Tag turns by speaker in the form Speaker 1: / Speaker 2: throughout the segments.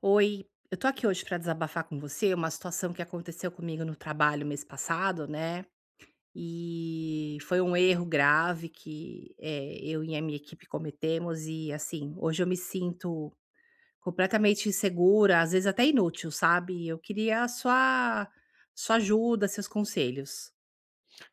Speaker 1: Oi, eu tô aqui hoje pra desabafar com você uma situação que aconteceu comigo no trabalho mês passado, né? E foi um erro grave que eu e a minha equipe cometemos, e assim, hoje eu me sinto completamente insegura, às vezes até inútil, sabe? Eu queria a sua ajuda, seus conselhos.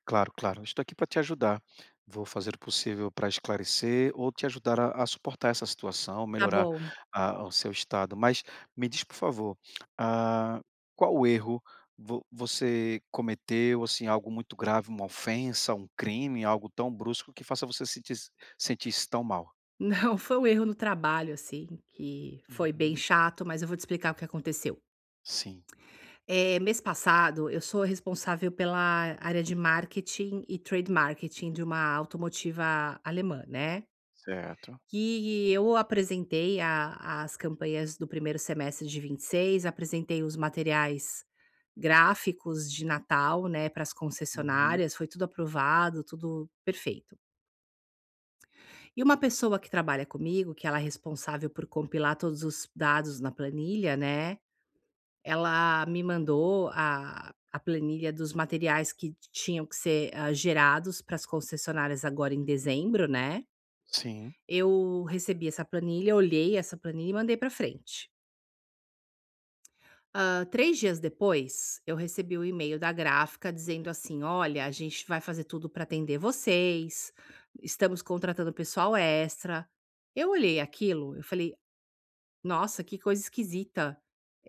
Speaker 2: Claro, claro. Estou aqui para te ajudar. Vou fazer o possível para esclarecer ou te ajudar a suportar essa situação,
Speaker 1: Tá
Speaker 2: melhorar
Speaker 1: bom.
Speaker 2: o seu estado. Mas me diz, por favor, ah, qual erro você cometeu, assim, algo muito grave, uma ofensa, um crime, algo tão brusco que faça você sentir-se tão mal?
Speaker 1: Não, foi um erro no trabalho, assim, que foi bem
Speaker 2: Uhum.
Speaker 1: chato, mas eu vou te explicar o que aconteceu.
Speaker 2: Sim,
Speaker 1: Mês passado, eu sou responsável pela área de marketing e trade marketing de uma automotiva alemã, né.
Speaker 2: certo.
Speaker 1: E eu apresentei a as campanhas do primeiro semestre de 26, apresentei os materiais gráficos de Natal, né, para as
Speaker 2: Uhum.
Speaker 1: concessionárias, foi tudo aprovado, tudo perfeito. E uma pessoa que trabalha comigo, que ela é responsável por compilar todos os dados na planilha, né, ela me mandou a planilha dos materiais que tinham que ser, gerados para as concessionárias agora em dezembro, né.
Speaker 2: Sim,
Speaker 1: Eu recebi essa planilha, olhei essa planilha e mandei para frente. 3 dias depois, eu recebi o e-mail da gráfica dizendo assim: "Olha, a gente vai fazer tudo para atender vocês, estamos contratando pessoal extra". Eu olhei aquilo, eu falei: nossa, que coisa esquisita.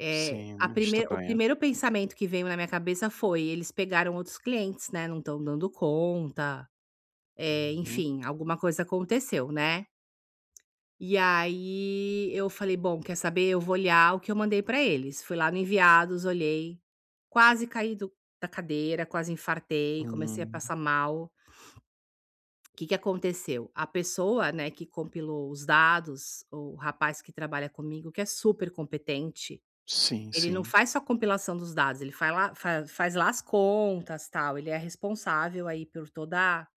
Speaker 1: É
Speaker 2: sim,
Speaker 1: a
Speaker 2: muito
Speaker 1: primeir O
Speaker 2: estranha.
Speaker 1: primeiro pensamento que veio na minha cabeça foi: "Eles pegaram outros clientes, né, não estão dando conta", é,
Speaker 2: Uhum.
Speaker 1: enfim, alguma coisa aconteceu, né. E aí eu falei: "Bom, quer saber? Eu vou olhar o que eu mandei para eles". Fui lá no enviados, olhei, quase caí do da cadeira, quase infartei, comecei a
Speaker 2: Hum.
Speaker 1: passar mal. O que que aconteceu? A pessoa, né, que compilou os dados, o rapaz que trabalha comigo, que é super competente,
Speaker 2: Sim,
Speaker 1: ele não
Speaker 2: sim.
Speaker 1: faz só compilação dos dados, ele faz lá fa faz lá as contas, tal, ele é responsável aí por toda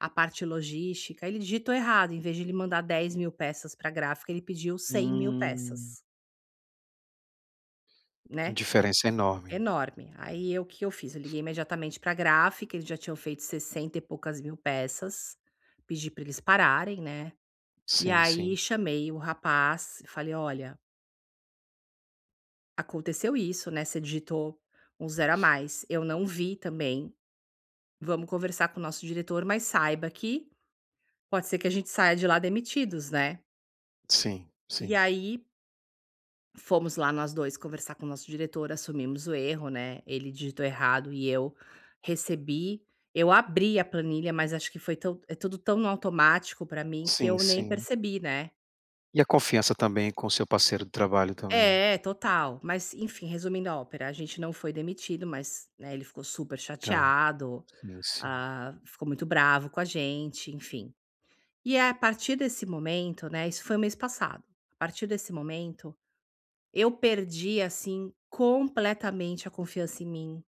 Speaker 1: a parte logística. Ele digitou errado, em vez de ele mandar 10.000 peças pra gráfica, ele pediu cem mil
Speaker 2: Hum.
Speaker 1: peças, né,
Speaker 2: Diferença enorme.
Speaker 1: enorme. Aí eu o que eu fiz? Eu liguei imediatamente pra gráfica, eles já tinham feito 60 e poucas mil peças, pedi para eles pararem, né, e
Speaker 2: Sim, sim.
Speaker 1: aí chamei o rapaz falei: "Olha, aconteceu isso, né, você digitou um zero a mais, eu não vi também. Vamos conversar com o nosso diretor, mas saiba que pode ser que a gente saia de lá demitidos, né".
Speaker 2: Sim,
Speaker 1: E
Speaker 2: sim.
Speaker 1: aí fomos lá nós 2 conversar com o nosso diretor, assumimos o erro, né, ele digitou errado e eu recebi eu abri a planilha, mas acho que foi tão é tudo tão no automático pra mim que
Speaker 2: Sim,
Speaker 1: eu nem
Speaker 2: sim.
Speaker 1: percebi, né.
Speaker 2: E a confiança também com o seu parceiro de trabalho também.
Speaker 1: É, total. Mas enfim, resumindo a ópera, a gente não foi demitido, mas, né, ele ficou super
Speaker 2: Tá.
Speaker 1: chateado,
Speaker 2: Sim, sim.
Speaker 1: ficou muito bravo com a gente, enfim. E a partir desse momento, né, isso foi mês passado. A partir desse momento, eu perdi assim completamente a confiança em mim.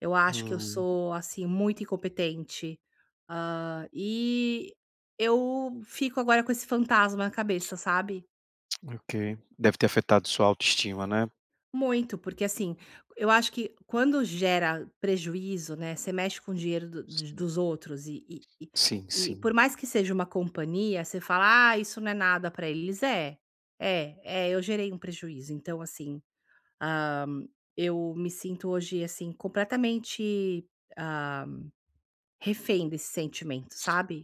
Speaker 1: Eu acho que eu
Speaker 2: Hum,
Speaker 1: sou assim muito incompetente. E eu fico agora com esse fantasma na cabeça, sabe?
Speaker 2: ok. Deve ter afetado sua autoestima, né?
Speaker 1: Muito, porque assim, eu acho que quando gera prejuízo, né, você mexe com o dinheiro
Speaker 2: Sim,
Speaker 1: dos outros
Speaker 2: sim,
Speaker 1: e
Speaker 2: sim.
Speaker 1: por mais que seja uma companhia, você fala, ah, isso não é nada para eles. É, eu gerei um prejuízo. Então, assim, ah, eu me sinto hoje, assim, completamente ah, refém desse sentimento, sabe?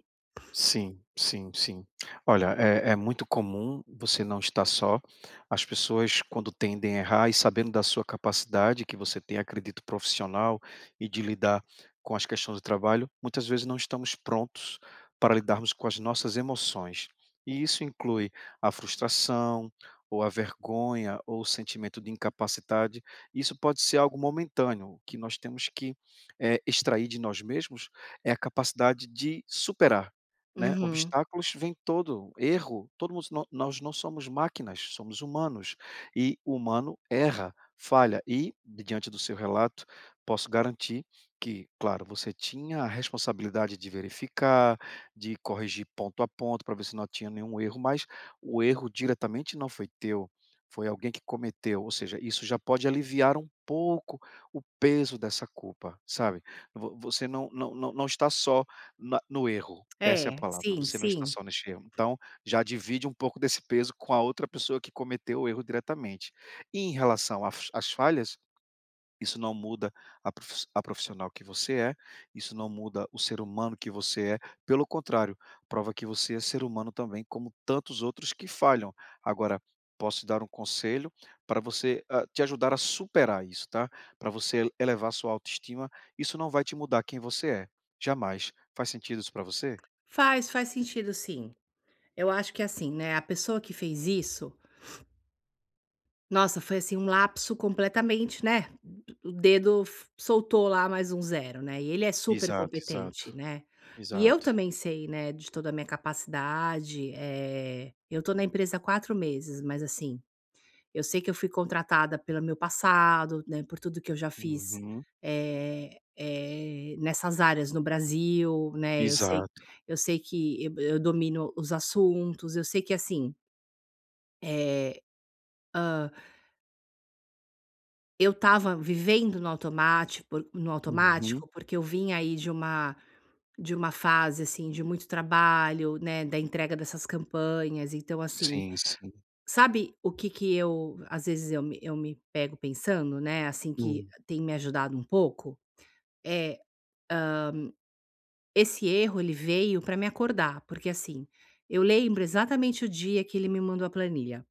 Speaker 2: Sim, sim, sim. Olha, é muito comum, você não está só. As pessoas, quando tendem a errar e sabendo da sua capacidade que você tem, acredito, profissional e de lidar com as questões do trabalho, muitas vezes não estamos prontos para lidarmos com as nossas emoções. E isso inclui a frustração, ou a vergonha, ou o sentimento de incapacidade. Isso pode ser algo momentâneo. O que nós temos que, extrair de nós mesmos é a capacidade de superar, né,
Speaker 1: Uhum.
Speaker 2: obstáculos vem todo, erro, todo mundo nó nós não somos máquinas, somos humanos, e o humano erra, falha e, diante do seu relato, posso garantir que, claro, você tinha a responsabilidade de verificar, de corrigir ponto a ponto para ver se não tinha nenhum erro, mas o erro diretamente não foi teu, foi alguém que cometeu, ou seja, isso já pode aliviar um pouco o peso dessa culpa, sabe. Vo você não está só na no erro. Essa é a
Speaker 1: É,
Speaker 2: palavra,
Speaker 1: sim,
Speaker 2: você não está
Speaker 1: sim.
Speaker 2: só neste erro. Então, já divide um pouco desse peso com a outra pessoa que cometeu o erro diretamente. E em relação a f às falhas, isso não muda a profissional que você é, isso não muda o ser humano que você é, pelo contrário, prova que você é ser humano também, como tantos outros que falham. Agora, posso te dar um conselho para você, te ajudar a superar isso, tá, para você elevar sua autoestima, isso não vai te mudar quem você é, jamais. Faz sentido isso para você?
Speaker 1: Faz, faz sentido, sim. Eu acho que assim, né, a pessoa que fez isso, nossa, foi assim um lapso completamente, né, o dedo f soltou lá mais um zero, né, e ele é super
Speaker 2: Exato,
Speaker 1: competente,
Speaker 2: exato,
Speaker 1: né. E eu
Speaker 2: exato.
Speaker 1: também sei, né, de toda a minha capacidade, eu tô na empresa há 4 meses, mas assim, eu sei que eu fui contratada pelo meu passado, né, por tudo que eu já fiz,
Speaker 2: Uhum.
Speaker 1: nessas áreas no Brasil, né,
Speaker 2: Exato.
Speaker 1: eu sei que eu domino os assuntos, eu sei que assim, é hã eu estava vivendo no automático por no
Speaker 2: Uhum.
Speaker 1: automático, porque eu vim aí de uma fase, assim, de muito trabalho, né, da entrega dessas campanhas, então, assim,
Speaker 2: Sim, sim.
Speaker 1: sabe o que que eu às vezes eu me pego pensando, né, assim, que
Speaker 2: Hum.
Speaker 1: tem me ajudado um pouco? é Esse erro ele veio para me acordar, porque, assim, eu lembro exatamente o dia que ele me mandou a planilha.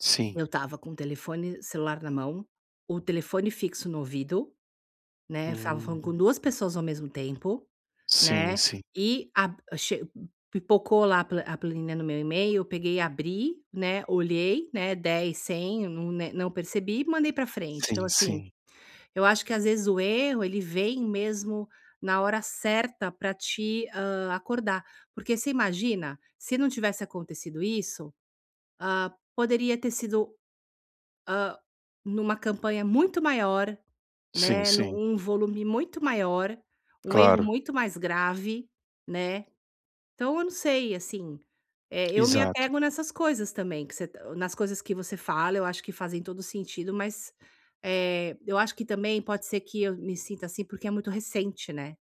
Speaker 2: Sim.
Speaker 1: Eu estava com o telefone celular na mão, o telefone fixo no ouvido, né, eu estava
Speaker 2: Hum.
Speaker 1: falando com 2 pessoas ao mesmo tempo,
Speaker 2: Sim,
Speaker 1: né,
Speaker 2: sim.
Speaker 1: e a che pipocou lá a planilha no meu e-mail, eu peguei, abri, né, olhei, né, dez, 100, não né, não percebi e mandei para frente. Então
Speaker 2: Sim,
Speaker 1: assim,
Speaker 2: sim.
Speaker 1: eu acho que às vezes o erro ele vem mesmo na hora certa para te, acordar. Porque você imagina, se não tivesse acontecido isso, poderia ter sido numa campanha muito maior,
Speaker 2: Sim,
Speaker 1: né, num
Speaker 2: sim.
Speaker 1: um volume muito maior, um erro
Speaker 2: Claro.
Speaker 1: muito mais grave, né. Então eu não sei, assim, eu me
Speaker 2: Exato.
Speaker 1: apego nessas coisas também que você ta nas coisas que você fala, eu acho que fazem todo sentido, mas, eu acho que também pode ser que eu me sinta assim, porque é muito recente, né.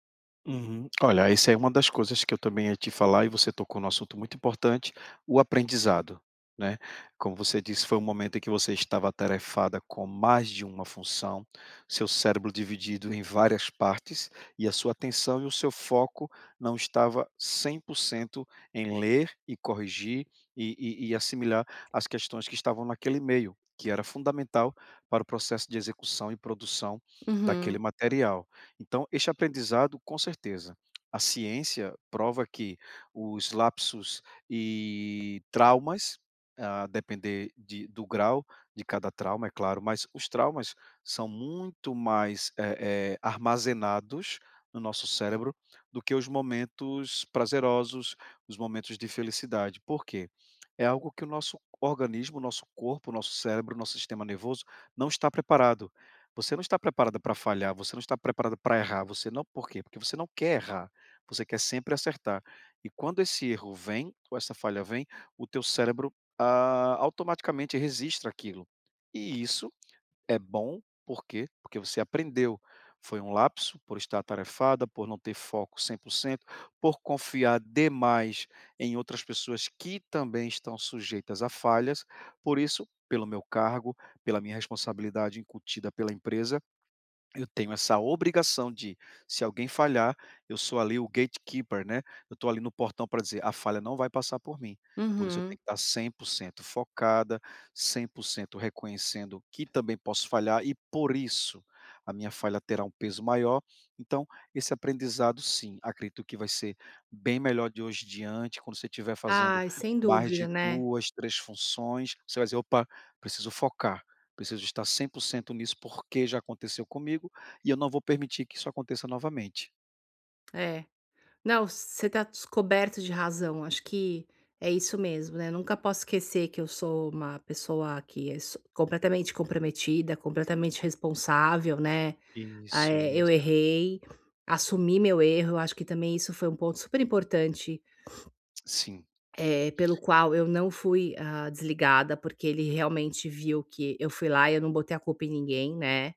Speaker 2: Uhum. Olha, essa é uma das coisas que eu também ia te falar e você tocou num assunto muito importante, o aprendizado, né. Como você disse, foi um momento em que você estava atarefada com mais de uma função, seu cérebro dividido em várias partes e a sua atenção e o seu foco não estava 100% em ler e corrigir e e assimilar as questões que estavam naquele meio, que era fundamental para o processo de execução e produção daquele
Speaker 1: Uhum,
Speaker 2: material. Então, este aprendizado, com certeza. A ciência prova que os lapsos e traumas, a depender do grau de cada trauma, é claro, mas os traumas são muito mais armazenados no nosso cérebro do que os momentos prazerosos, os momentos de felicidade. Por quê? É algo que o nosso organismo, o nosso corpo, o nosso cérebro, o nosso sistema nervoso não está preparado, você não está preparada para falhar, você não está preparada para errar, você não, por quê? Porque você não quer errar, você quer sempre acertar. E quando esse erro vem, ou essa falha vem, o teu cérebro automaticamente registra aquilo. E isso é bom, por quê? Porque você aprendeu. Foi um lapso por estar atarefada, por não ter foco 100%, por confiar demais em outras pessoas que também estão sujeitas a falhas. Por isso, pelo meu cargo, pela minha responsabilidade incutida pela empresa, eu tenho essa obrigação de, se alguém falhar, eu sou ali o gatekeeper, né, eu estou ali no portão para dizer: "A falha não vai passar por mim". Por isso eu
Speaker 1: uhum.
Speaker 2: tenho que estar 100% focada, 100% reconhecendo que também posso falhar e, por isso, a minha falha terá um peso maior. Então, esse aprendizado sim, acredito que vai ser bem melhor de hoje em diante, quando você estiver fazendo
Speaker 1: Ai, sem
Speaker 2: mais de
Speaker 1: dúvida, né.
Speaker 2: 2, 3 funções, você vai dizer: "Opa, preciso focar, preciso estar 100% nisso, porque já aconteceu comigo e eu não vou permitir que isso aconteça novamente.
Speaker 1: É. Não, você tá descoberto de razão, acho que é isso mesmo, né, nunca posso esquecer que eu sou uma pessoa que é completamente comprometida, completamente responsável, né,
Speaker 2: Isso,
Speaker 1: eu
Speaker 2: isso.
Speaker 1: errei, assumi meu erro, eu acho que também isso foi um ponto super importante,
Speaker 2: Sim.
Speaker 1: pelo qual eu não fui, desligada, porque ele realmente viu que eu fui lá e eu não botei a culpa em ninguém, né,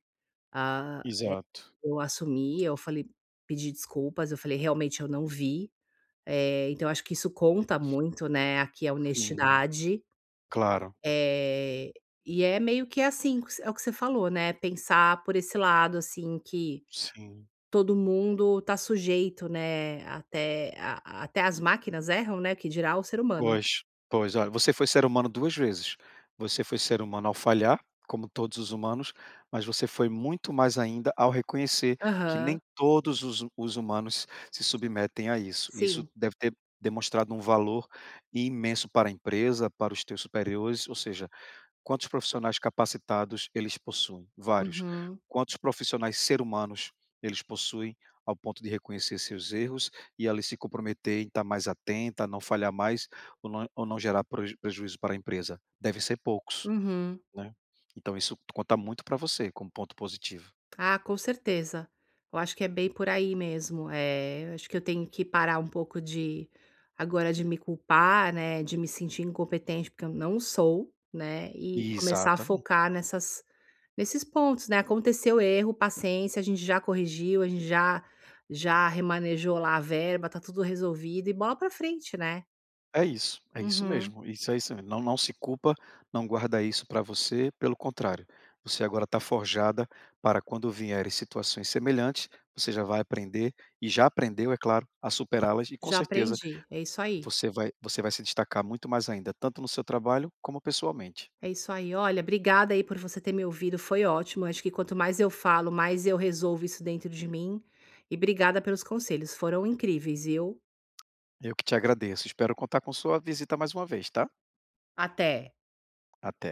Speaker 1: ah,
Speaker 2: Exato.
Speaker 1: eu assumi, eu falei pedi desculpas, eu falei: "Realmente eu não vi", então acho que isso conta muito, né, aqui a
Speaker 2: Sim,
Speaker 1: honestidade,
Speaker 2: claro.
Speaker 1: eh, e é meio que assim, é o que você falou, né, pensar por esse lado, assim, que
Speaker 2: Sim.
Speaker 1: todo mundo tá sujeito, né, até as máquinas erram, né, que dirá o ser humano.
Speaker 2: Pois. Pois, olha, você foi ser humano 2 vezes. Você foi ser humano ao falhar, como todos os humanos, mas você foi muito mais ainda ao reconhecer que nem
Speaker 1: Aham,
Speaker 2: todos os humanos se submetem a isso. Isso
Speaker 1: sim.
Speaker 2: deve ter demonstrado um valor imenso para a empresa, para os teus superiores, ou seja, quantos profissionais capacitados eles possuem? Vários.
Speaker 1: Uhum,
Speaker 2: Quantos profissionais ser humanos eles possuem ao ponto de reconhecer seus erros e ali se comprometer em estar mais atenta, não falhar mais ou não gerar prejuízo para a empresa? Devem ser poucos,
Speaker 1: uhum.
Speaker 2: né? Então isso conta muito para você como ponto positivo.
Speaker 1: Ah, com certeza. Eu acho que é bem por aí mesmo. É, eu acho que eu tenho que parar um pouco de agora de me culpar, né, de me sentir incompetente, porque eu não sou, né, e começar a
Speaker 2: Exata.
Speaker 1: focar nessas nesses pontos, né. Aconteceu erro, paciência, a gente já corrigiu, a gente já já remanejou lá a verba, tá tudo resolvido e bola pra frente, né.
Speaker 2: É isso
Speaker 1: Uhum.
Speaker 2: mesmo, isso é isso mesmo. Não se culpa, não guarda isso para você, pelo contrário, você agora está forjada para quando vierem situações semelhantes, você já vai aprender e já aprendeu, é claro, a superá-las e com
Speaker 1: Já
Speaker 2: certeza
Speaker 1: aprendi, é isso aí.
Speaker 2: você vai se destacar muito mais ainda, tanto no seu trabalho como pessoalmente.
Speaker 1: É isso aí. Olha, obrigada aí por você ter me ouvido, foi ótimo. Acho que quanto mais eu falo, mais eu resolvo isso dentro de mim. E obrigada pelos conselhos, foram incríveis, viu?
Speaker 2: Eu que te agradeço, espero contar com sua visita mais uma vez, tá?
Speaker 1: Até.
Speaker 2: Até